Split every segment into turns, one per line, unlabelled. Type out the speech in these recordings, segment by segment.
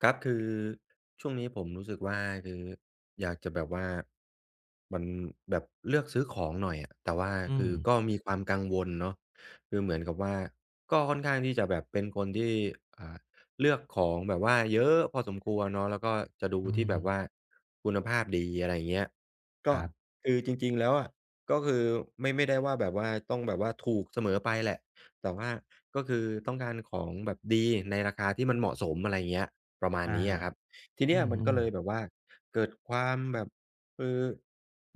ครับคือช่วงนี้ผมรู้สึกว่าคืออยากจะแบบว่ามันแบบเลือกซื้อของหน่อยอะแต่ว่า
อื
คื
ม
อก็มีความกังวลเนาะคือเหมือนกับว่าก็ค่อนข้างที่จะแบบเป็นคนที่อ่าเลือกของแบบว่าเยอะพอสมควรเนาะแล้วก็จะดู
อื
ที่
ม
แบบว่าคุณภาพดีอะไรอย่างเงี้ย
ค
ก็
รับ
คือจริงๆแล้วอะก็คือไม่ได้ว่าแบบว่าต้องแบบว่าถูกเสมอไปแหละแต่ว่าก็คือต้องการของแบบดีในราคาที่มันเหมาะสมอะไรอย่างเงี้ย ประมาณ
อา
นี้อะครับที
อื
เนี้ย
ม
มัน
อื
ก็
ม
เลยแบบว่าเกิดความแบบเอ่อ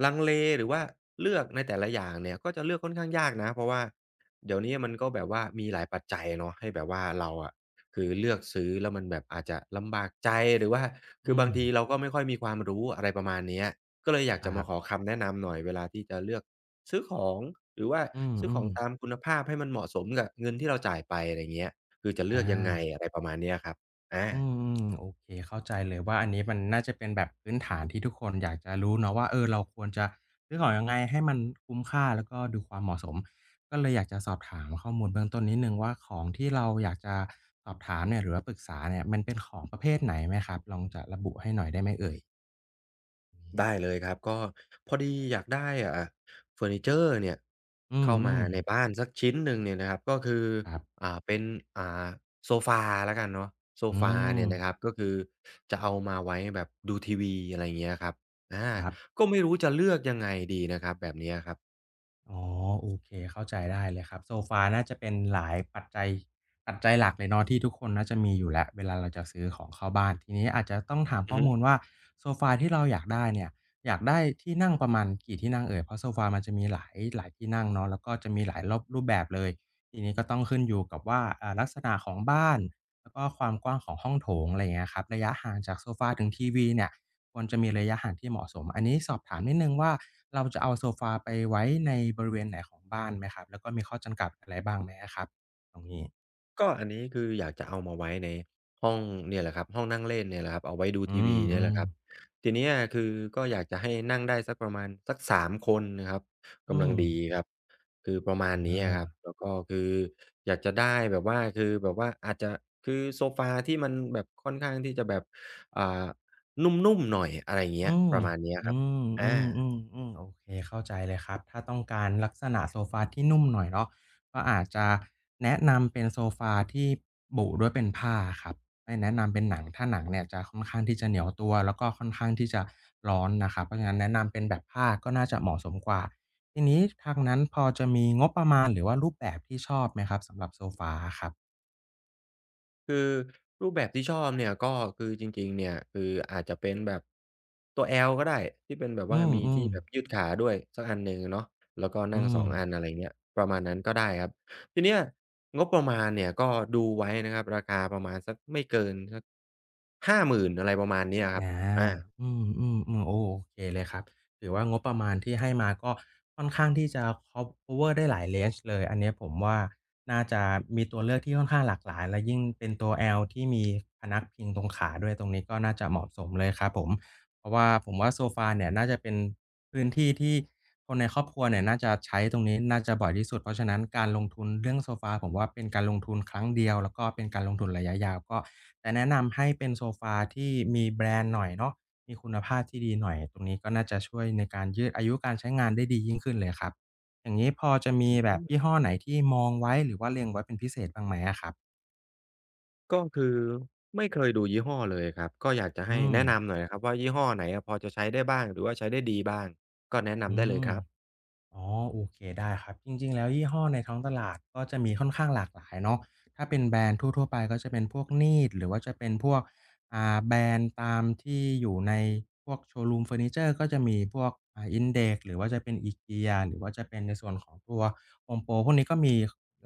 ลังเลหรือว่าเลือกในแต่ละอย่างเนี่ยก็จะเลือกค่อนข้างยากนะเพราะว่าเดี๋ยวนี้มันก็แบบว่ามีหลายปัจจัยเนาะให้แบบว่าเราอะคือเลือกซื้อแล้วมันแบบอาจจะลำบากใจหรือว่าคือ
อื
บา
ม
งทีเราก็ไม่ค่อยมีความรู้อะไรประมาณเนี้ยก็เลยอยากจะ
ค
มา
รั
ขอ
บ
คำแนะนำหน่อยเวลาที่จะเลือกซื้อของหรือว่า
อืม
ซื้อ
อ
ขอ
ม
งตามคุณภาพให้มันเหมาะสมกับเงินที่เราจ่ายไปอะไรเงี้ยคือจะเลื
อา
อกยังไงอะไรประมาณเนี้ยครับอา
โอเคเข้าใจเลยว่าอันนี้มันน่าจะเป็นแบบพื้นฐานที่ทุกคนอยากจะรู้เนาะว่าเออเราควรจะซื้อของยังไงให้มันคุ้มค่าแล้วก็ดูความเหมาะสมก็เลยอยากจะสอบถามข้อมูลเบื้องต้นนิดหนึ่งว่าของที่เราอยากจะสอบถามเนี่ยหรือว่าปรึกษาเนี่ยมันเป็นของประเภทไหนไหมครับลองจะระบุให้หน่อยได้ไหมเอ่ยอ
ได้เลยครับก็พอดีอยากได้เฟอร์นิเจอร์เนี่ย
ืม
เข้า
อื
มา
ม
ในบ้านสักชิ้นหนึ่งเนี่ยนะครับก็คือ
ครับ
เป็นอ่าโซฟาแล้วกันเนาะโซ
อื
ฟา
ม
เนี่ยนะครับก็คือจะเอามาไว้แบบดูทีวีอะไรอย่างเงี้ยครับอา
ครับ
ก็ไม่รู้จะเลือกยังไงดีนะครับแบบเนี้ยครับ
อ๋อโอเคเข้าใจได้เลยครับโซฟาน่าจะเป็นหลายปัจจัยปัจจัยหลักเลยเนาะที่ทุกคนน่าจะมีอยู่แล้วเวลาเราจะซื้อของเข้าบ้านทีนี้อาจจะต้องถาม
อื
ข้
อ
อ
ฮึ
มูลว่าโซฟาที่เราอยากได้เนี่ยอยากได้ที่นั่งประมาณกี่ที่นั่งเอ่ยเพราะโซฟามันจะมีหลายที่นั่งเนาะแล้วก็จะมีหลายรอบรูปแบบเลยทีนี้ก็ต้องขึ้นอยู่กับว่าลักษณะของบ้านแล้วก็ความกว้างของห้องโถงอะไรอย่างเงี้ยครับระยะห่างจากโซฟาถึงทีวีเนี่ย ควรจะมีระยะห่างที่เหมาะสม อันนี้สอบถามนิดหนึ่งว่าเราจะเอาโซฟาไปไว้ในบริเวณไหนของบ้านไหมครับ แล้วก็มีข้อจำกัดอะไรบ้างไหมอะครับตรงนี้
ก็อันนี้คืออยากจะเอามาไว้ในห้องเนี่ยแหละครับห้องนั่งเล่นเนี่ยแหละครับเอาไว้ดู
อื
ทีวีเนี่ยแหละ
ม
ครับ
ๆ
ทีเนี้ยคือก็อยากจะให้นั่งได้สักประมาณสัก3 คนนะครับ
อื
กำลัง
ม
ดีครับคือประมา
อ
ณนี้อะครับ
า
แล้วก็คืออยากจะได้แบบว่าคือแบบว่าอาจจะคือโซฟาที่มันแบบค่อนข้างที่จะแบบอ่านุ่มๆหน่อยอะไรอย่างเงี้ย
อื
ป
ม
ระมาณเนี้ยครั
อื
บอา
อืมโอเคเข้าใจเลยครับถ้าต้องการลักษณะโซฟาที่นุ่มหน่อยเนาะก็อาจจะแนะนำเป็นโซฟาที่บุด้วยเป็นผ้าครับไม่แนะนำเป็นหนังถ้าหนังเนี่ยจะค่อนข้างที่จะเหนียวตัวแล้วก็ค่อนข้างที่จะร้อนนะครับเพราะฉะนั้นแนะนำเป็นแบบผ้าก็น่าจะเหมาะสมกว่าทีนี้ทางนั้นพอจะมีงบประมาณหรือว่ารูปแบบที่ชอบไหมครับสำหรับโซฟาอะครับ
คือรูปแบบที่ชอบเนี่ยก็คือจริงๆเนี่ยคืออาจจะเป็นแบบตัว L ก็ได้ที่เป็นแบบ
อื
ว่ามีที่
ม
แบ
ๆ
บยืดขาด้วยสักอันหนึ่งเนาะแล้วก็นั่
อื
งส
ม
องอันอะไรเงี้ยประมาณนั้นก็ได้ครับทีเนี้ยงบประมาณเนี่ยก็ดูไว้นะครับราคาประมาณสักไม่เกินสัก50,000อะไรประมาณเนี้ยครับ
อา
อา
อืมๆๆโอ้โอเคเลยครับถือว่างบประมาณที่ให้มาก็ค่อนข้างที่จะคัฟเวอร์ได้หลายเรนจ์เลย อันเนี้ยผมว่าน่าจะมีตัวเลือกที่ค่อนข้างหลากหลายและยิ่งเป็นตัว L ที่มีพนักพิงตรงขาด้วยตรงนี้ก็น่าจะเหมาะสมเลยครับผม เพราะว่าผมว่าโซฟาเนี่ยน่าจะเป็นพื้นที่ที่คนในครอบครัวเนี่ยน่าจะใช้ตรงนี้น่าจะบ่อยที่สุดเพราะฉะนั้นการลงทุนเรื่องโซฟาผมว่าเป็นการลงทุนครั้งเดียวแล้วก็เป็นการลงทุนระยะยาวก็จะแนะนำให้เป็นโซฟาที่มีแบรนด์หน่อยเนาะมีคุณภาพที่ดีหน่อยตรงนี้ก็น่าจะช่วยในการยืดอายุการใช้งานได้ดียิ่งขึ้นเลยครับอย่างงี้พอจะมี
อื
แบบ
ม
ยี่ห้อไหนที่มองไว้หรือว่าเล็งไว้เป็นพิเศษบ้างไหมอะครับ
ก็คือไม่เคยดูยี่ห้อเลยครับก็อยากจะให้
อืม
แนะนำหน่อยนะครับว่ายี่ห้อไหนอะพอจะใช้ได้บ้างหรือว่าใช้ได้ดีบ้างก็แนะนำ
อื
ได้เลย
ม
ครับ
อ๋อโอเคได้ครับจริงๆแล้วยี่ห้อในท้องตลาดก็จะมีค่อนข้างหลากหลายเนาะถ้าเป็นแบรนด์ทั่วๆไปก็จะเป็นพวก Need หรือว่าจะเป็นพวกแบรนด์ตามที่อยู่ในพวกโชว์รูมเฟอร์นิเจอร์ก็จะมีพวกIndex หรือว่าจะเป็น IKEA หรือว่าจะเป็นในส่วนของตัว Home Pro พวกนี้ก็มี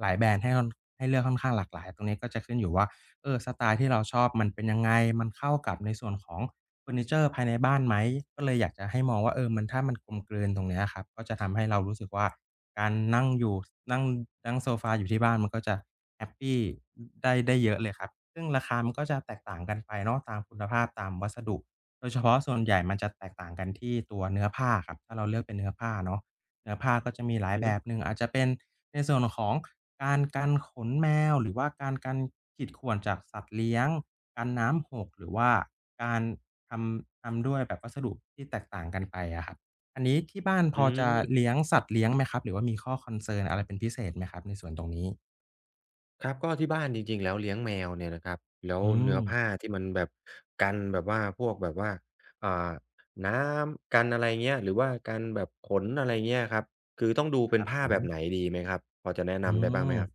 หลายแบรนด์ให้ค่อนให้เลือกค่อนข้างหลากหลายตรงนี้ก็จะขึ้นอยู่ว่าเออสไตล์ที่เราชอบมันเป็นยังไงมันเข้ากับในส่วนของ เฟอร์นิเจอร์ภายในบ้านไหมก็เลยอยากจะให้มองว่าเออมันถ้ามันกลมกลืนตรงเนี้ยครับก็จะทำให้เรารู้สึกว่าการนั่งอยู่นั่งนั่งโซฟาอยู่ที่บ้านมันก็จะแฮปปีได้เยอะเลยครับซึ่งราคามันก็จะแตกต่างกันไปเนาะตามคุณภาพตามวัสดุโดยเฉพาะส่วนใหญ่มันจะแตกต่างกันที่ตัวเนื้อผ้าครับถ้าเราเลือกเป็นเนื้อผ้าเนาะเนื้อผ้าก็จะมีหลาย
อือ
แบ
ฮึ
บหนึ่งอาจจะเป็นในส่วนของการกันขนแมวหรือว่าการกันขีดข่วนจากสัตว์เลี้ยงกันน้ำหกหรือว่าการ ททำด้วยแบบวัสดุที่แตกต่างกันไปอะครับ อันนี้ที่บ้านพ
อื
อจะเลี้
ม
ยงสัตว์เลี้ยงไหมครับหรือว่ามีข้อ concern อะไรเป็นพิเศษไหมครับในส่วนตรงนี้
ครับก็ที่บ้านจริงๆแล้วเลี้ยงแมวเนี่ยนะครับแล้ว
อื
เนื้
ม
อผ้าที่มันแบบกันแบบว่าพวกแบบว่าอ่าน้ำกันอะไรเงี้ยหรือว่ากันแบบขนอะไรเงี้ยครับคือต้องดู
ค
เป็น
รับผ
ผ้า
ม
แบบไหนดีไหมครับพอจะแนะ
อื
นำได้บ้างไหม
ม
ครับ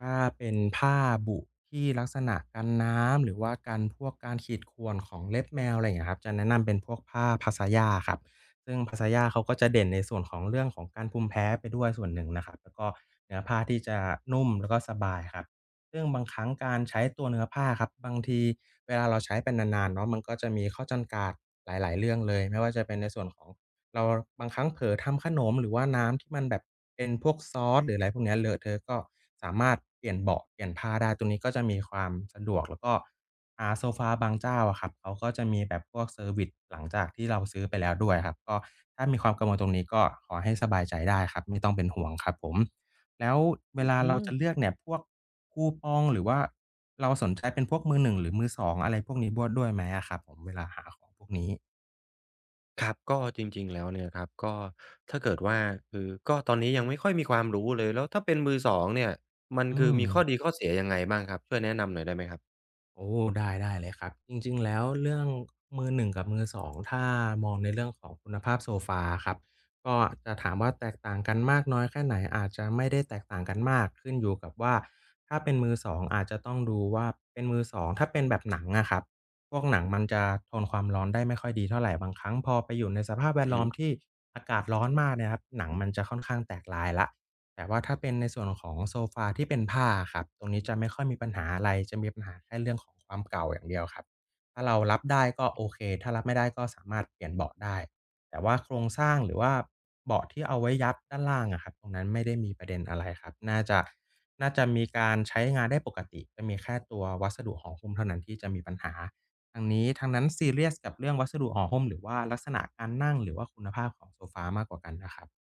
ถ้าเป็นผ้าบุที่ลักษณะกันน้ำหรือว่ากันพวกการขีดข่วนของเล็บแมวอะไรอย่างเงี้ยครับจะแนะนำเป็นพวกผ้า Pasaya ครับซึ่ง Pasaya เขาก็จะเด่นในส่วนของเรื่องของการภูมิแพ้ไปด้วยส่วนหนึ่งนะครับแล้วก็เนื้อผ้าที่จะนุ่มแล้วก็สบายครับซึ่งบางครั้งการใช้ตัวเนื้อผ้าครับบางทีเวลาเราใช้ไปนานๆเนาะมันก็จะมีข้อจำกัดหลายๆเรื่องเลยไม่ว่าจะเป็นในส่วนของ เราบางครั้งเผลอทำขนมหรือว่าน้ำที่มันแบบเป็นพวกซอสหรืออะไรพวกเนี้ยเลอะเทอะก็สามารถเปลี่ยนเบาะเปลี่ยนผ้าได้ตรงนี้ก็จะมีความสะดวกแล้วก็โซฟาบางเจ้าอะครับเขาก็จะมีแบบพวกเซอร์วิซหลังจากที่เราซื้อไปแล้วด้วยครับก็ถ้ามีความกังวลตรงนี้ก็ขอให้สบายใจได้ครับไม่ต้องเป็นห่วงครับผมแล้วเวลา
อื
เราจะ
ม
เลือกเนี่ยพวกคูปองหรือว่าเราสนใจเป็นพวกมือหนึ่งหรือมือสองอะไรพวกนี้บวนด้วยไหมอะครับผมเวลาหาของพวกนี้
ครับก็จริงๆแล้วเนี่ยครับก็ถ้าเกิดว่าคือก็ตอนนี้ยังไม่ค่อยมีความรู้เลยแล้วถ้าเป็นมือสองเนี่ยมัน
อื
คือ
ม
มีข้อดีข้อเสียยังไงบ้างครับช่วยแนะนำหน่อยได้ไหมครับ
โอ้ได้ได้เลยครับจริงๆแล้วเรื่องมือ1กับมือ2ถ้ามองในเรื่องของคุณภาพโซฟาครับก็จะถามว่าแตกต่างกันมากน้อยแค่ไหนอาจจะไม่ได้แตกต่างกันมากขึ้นอยู่กับว่าถ้าเป็นมือสองอาจจะต้องดูว่าเป็นมือ2ถ้าเป็นแบบหนังอะครับพวกหนังมันจะทนความร้อนได้ไม่ค่อยดีเท่าไรบางครั้งพอไปอยู่ในสภาพแวด
อือ
ล้อ
ฮึ
มที่อากาศร้อนมากเนี่ยครับหนังมันจะค่อนข้างแตกลายแล้ว แต่ว่าถ้าเป็นในส่วนของโซฟาที่เป็นผ้าครับตรงนี้จะไม่ค่อยมีปัญหาอะไรจะมีปัญหาแค่เรื่องของความเก่าอย่างเดียวครับถ้าเรารับได้ก็โอเคถ้ารับไม่ได้ก็สามารถเปลี่ยนเบาะได้แต่ว่าโครงสร้างหรือว่าเบาะที่เอาไว้ยัดด้านล่างอะครับตรงนั้นไม่ได้มีประเด็นอะไรครับน่าจะมีการใช้งานได้ปกติจะมีแค่ตัววัสดุห่อหุ้มเท่านั้นที่จะมีปัญหาทางนี้ทางนั้นซีเรียสกับเรื่องวัสดุห่อหุ้มหรือว่าลักษณะการนั่งหรือว่าคุณภาพของโซฟามากกว่ากันนะครับ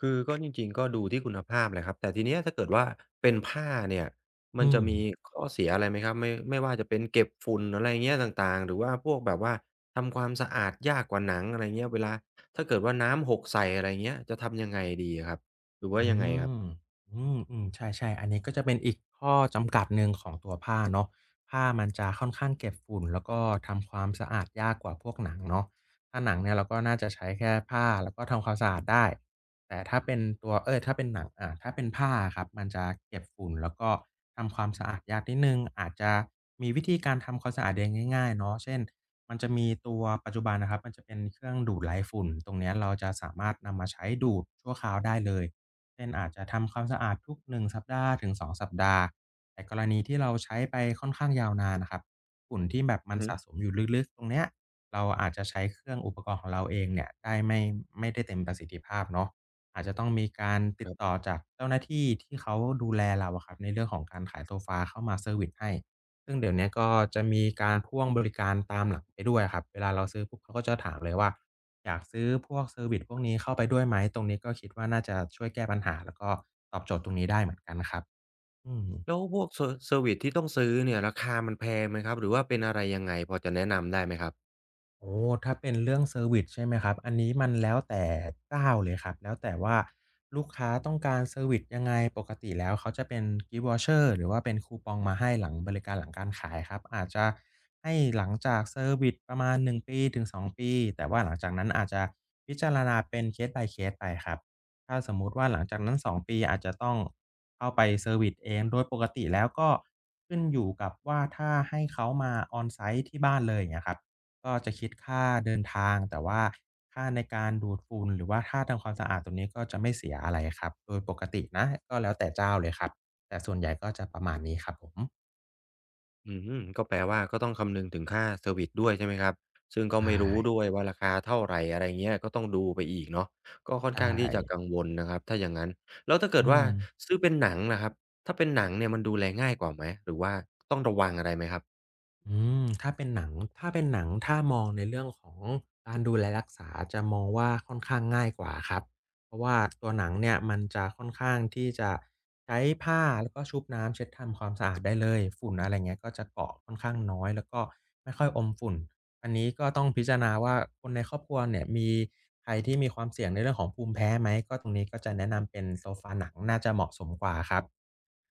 คือก็จริงๆก็ดูที่คุณภาพแหละครับแต่ทีเนี้ยถ้าเกิดว่าเป็นผ้าเนี่ยมัน
อื
จะ
ม
มีข้อเสียอะไรไหมครับไม่ว่าจะเป็นเก็บฝุ่นอะไรเงี้ยต่างๆหรือว่าพวกแบบว่าทำความสะอาดยากกว่าหนังอะไรเงี้ยเวลาถ้าเกิดว่าน้ำหกใส่อะไรเงี้ยจะทำยังไงดีอะครับหรือว่า
อื
ยังไงครั
ม
บ
อืมใช่ๆอันนี้ก็จะเป็นอีกข้อจำกัดหนึ่งของตัวผ้าเนาะผ้ามันจะค่อนข้างเก็บฝุ่นแล้วก็ทำความสะอาดยากกว่าพวกหนังเนาะถ้าหนังเนี่ยเราก็น่าจะใช้แค่ผ้าแล้วก็ทำความสะอาดได้แต่ถ้าเป็นหนังอ่าถ้าเป็นผ้าอะครับมันจะเก็บฝุ่นแล้วก็ทำความสะอาดยากนิดหนึ่งอาจจะมีวิธีการทำความสะอาดเองง่ายๆเนาะเช่นมันจะมีตัวปัจจุบันนะครับมันจะเป็นเครื่องดูดไล่ฝุ่นตรงเนี้ยเราจะสามารถนำมาใช้ดูดชั่วคราวได้เลย เป็นอาจจะทำความสะอาดทุก1สัปดาห์ถึง2สัปดาห์แต่กรณีที่เราใช้ไปค่อนข้างยาวนานน่ะครับฝุ่นที่แบบมั
อื
น
อฮึ
สะสมอยู่ลึกๆตรงเนี้ยเราอาจจะใช้เครื่องอุปกรณ์ของเราเองเนี่ยได้ไม่ได้เต็มประสิทธิภาพเนาะอาจจะต้องมีการติ
ค
ด
รั
ต่อ
บ
จากเจ้าหน้าที่ที่เขาดูแลเราอะครับในเรื่องของการขายโซฟาเข้ามาเซอร์วิซให้ซึ่งเดี๋ยวเนี้ยก็จะมีการพ่วงบริการตามหลังไปด้วยอะครับเวลาเราซื้อปุ๊บเขาก็จะถามเลยว่า อยากซื้อพวกเซอร์วิซพวกนี้เข้าไปด้วยไหมตรงนี้ก็คิดว่าน่าจะช่วยแก้ปัญหาแล้วก็ตอบโจทย์ตรงนี้ได้เหมือนกันนะครับอืม
แล้วพวกเซอร์วิซที่ต้องซื้อเนี่ยราคามันแพงไหมครับหรือว่าเป็นอะไรยังไงพอจะแนะนำได้ไหมครับ
โอ้ถ้าเป็นเรื่องเซอร์วิสใช่ไหมครับอันนี้มันแล้วแต่เจ้าเลยครับแล้วแต่ว่าลูกค้าต้องการเซอร์วิสยังไงปกติแล้วเขาจะเป็น Gift Voucher หรือว่าเป็นคูปองมาให้หลังบริการหลังการขายครับอาจจะให้หลังจากเซอร์วิสประมาณ1ปีถึง2ปีแต่ว่าหลังจากนั้นอาจจะพิจารณาเป็น Case by Case ไปครับถ้าสมมุติว่าหลังจากนั้นสองปีอาจจะต้องเข้าไปเซอร์วิสเองโดยปกติแล้วก็ขึ้นอยู่กับว่าถ้าให้เขามา On-site ที่บ้านเลยอย่างเงี้ยครับ ก็จะคิดค่าเดินทางแต่ว่าค่าในการดูดฝุ่นหรือว่าค่าทำความสะอาดตรงนี้ก็จะไม่เสียอะไรครับโดยปกตินะก็แล้วแต่เจ้าเลยครับแต่ส่วนใหญ่ก็จะประมาณนี้ครับผม
อืมก็แปลว่าก็ต้องคำนึงถึงค่าเซอร์วิซด้วยใช่ไหมครับซึ่งก็
ใช่
ไม่รู้ด้วยว่าราคาเท่าไรอะไรเงี้ยก็ต้องดูไปอีกเนาะก็ค่อน
ใช่
ข้างที่จะกังวลนะครับถ้าอย่างงั้นแล้วถ้าเกิด
อื
ว่า
ม
ซื้อเป็นหนังล่ะครับถ้าเป็นหนังเนี่ยมันดูแลง่ายกว่าไหมหรือว่าต้องระวังอะไรไหมครับ
อืมถ้าเป็นหนังถ้ามองในเรื่องของการดูแลรักษาจะมองว่าค่อนข้างง่ายกว่าครับเพราะว่าตัวหนังเนี่ยมันจะค่อนข้างที่จะใช้ผ้าแล้วก็ชุบน้ำเช็ดทำความสะอาดได้เลยฝุ่นอะไรเงี้ยก็จะเกาะค่อนข้างน้อยแล้วก็ไม่ค่อยอมฝุ่นอันนี้ก็ต้องพิจารณาว่าคนในครอบครัวเนี่ยมีใครที่มีความเสี่ยงในเรื่องของภูมิแพ้ไหมก็ตรงนี้ก็จะแนะนำเป็นโซฟาหนังน่าจะเหมาะสมกว่าครับ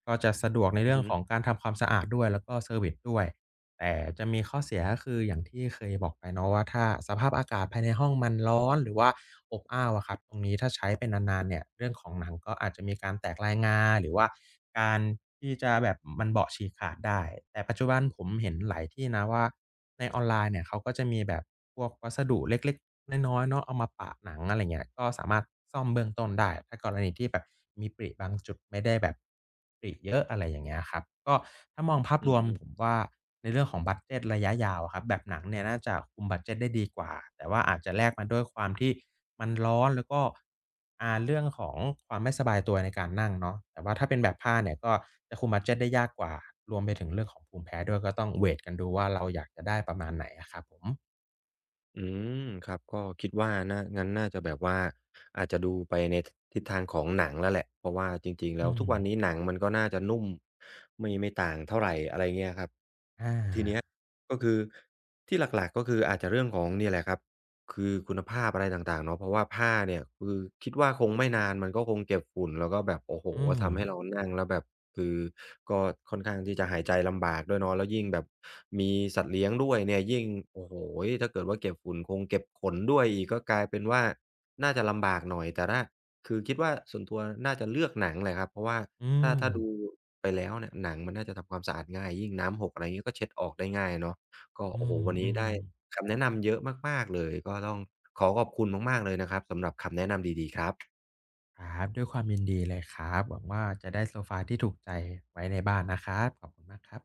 ก็จะสะดวกใน
อือ
เรื่องของ
ฮึ
การทำความสะอาดด้วยแล้วก็เซอร์วิซด้วย แต่จะมีข้อเสียก็คืออย่างที่เคยบอกไปเนาะว่าถ้าสภาพอากาศภายในห้องมันร้อนหรือว่าอบอ้าวอะครับตรงนี้ถ้าใช้ไปนานๆเนี่ยเรื่องของหนังก็อาจจะมีการแตกลายงาหรือว่าการที่จะแบบมันเบาะฉีกขาดได้แต่ปัจจุบันผมเห็นหลายที่นะว่าในออนไลน์เนี่ยเขาก็จะมีแบบพวกวัสดุเล็กๆน้อยๆเนาะเอามาปะหนังอะไรเงี้ยก็สามารถซ่อมเบื้องต้นได้ถ้ากรณีที่แบบมีปริบางจุดไม่ได้แบบ ปลีกเยอะอะไรอย่างเงี้ยครับก็ถ้ามองภาพ
อื
รวม
ม
ผมว่าในเรื่องของบัดเจตระยะยาวอะครับแบบหนังเนี่ยน่าจะคุมบัดเจตได้ดีกว่าแต่ว่าอาจจะแลกมาด้วยความที่มันร้อนแล้วก็เรื่องของความไม่สบายตัวในการนั่งเนาะแต่ว่าถ้าเป็นแบบผ้าเนี่ยก็จะคุมบัดเจตได้ยากกว่ารวมไปถึงเรื่องของภูมิแพ้ด้วยก็ต้องเวตกันดูว่าเราอยากจะได้ประมาณไหนอะครับผม
ๆอืมครับก็คิดว่าน่างั้นน่าจะแบบว่าอาจจะดูไปในทิศทางของหนังแล้วแหละเพราะว่าจริงๆแล้
อื
วทุ
ม
กวันนี้หนังมันก็น่าจะนุ่มไม่ต่างเท่าไรอะไรเงี้ยครับ
อา
ก็คือที่หลักๆก็คืออาจจะเรื่องของเนี่ยแหละครับคือคุณภาพอะไรต่างๆเนาะเพราะว่าผ้าเนี่ยคือคิดว่าคงไม่นานมันก็คงเก็บฝุ่นแล้วก็แบบโอ้โฮ
อืม
ทำให้เรานั่งแล้วแบบคือก็ค่อนข้างที่จะหายใจลำบากด้วยเนาะแล้วยิ่งแบบมีสัตว์เลี้ยงด้วยเนี่ยยิ่งโอ้โฮถ้าเกิดว่าเก็บฝุ่นคงเก็บขนด้วยอีกก็กลายเป็นว่าน่าจะลำบากหน่อยแต่ถ้าคือคิดว่าส่วนตัวน่าจะเลือกหนังแหละครับเพราะว่า
อื
ถ้า
ม
ถ้าดูไปแล้วเนี่ยหนังมันน่าจะทำความสะอาดง่ายยิ่งน้ำหกอะไรอย่างงี้ก็เช็ดออกได้ง่ายเนาะ ก็
อื
โอ้โฮวันนี้
ม
ได้
ๆ
คำแนะนำเยอะมากๆเลยก็ต้องขอขอบคุณมากๆเลยนะครับสำหรับคำแนะนำดีๆครับ
ครับด้วยความยินดีเลยครับหวังว่าจะได้โซฟาที่ถูกใจไว้ในบ้านนะครับขอบคุณมากครับ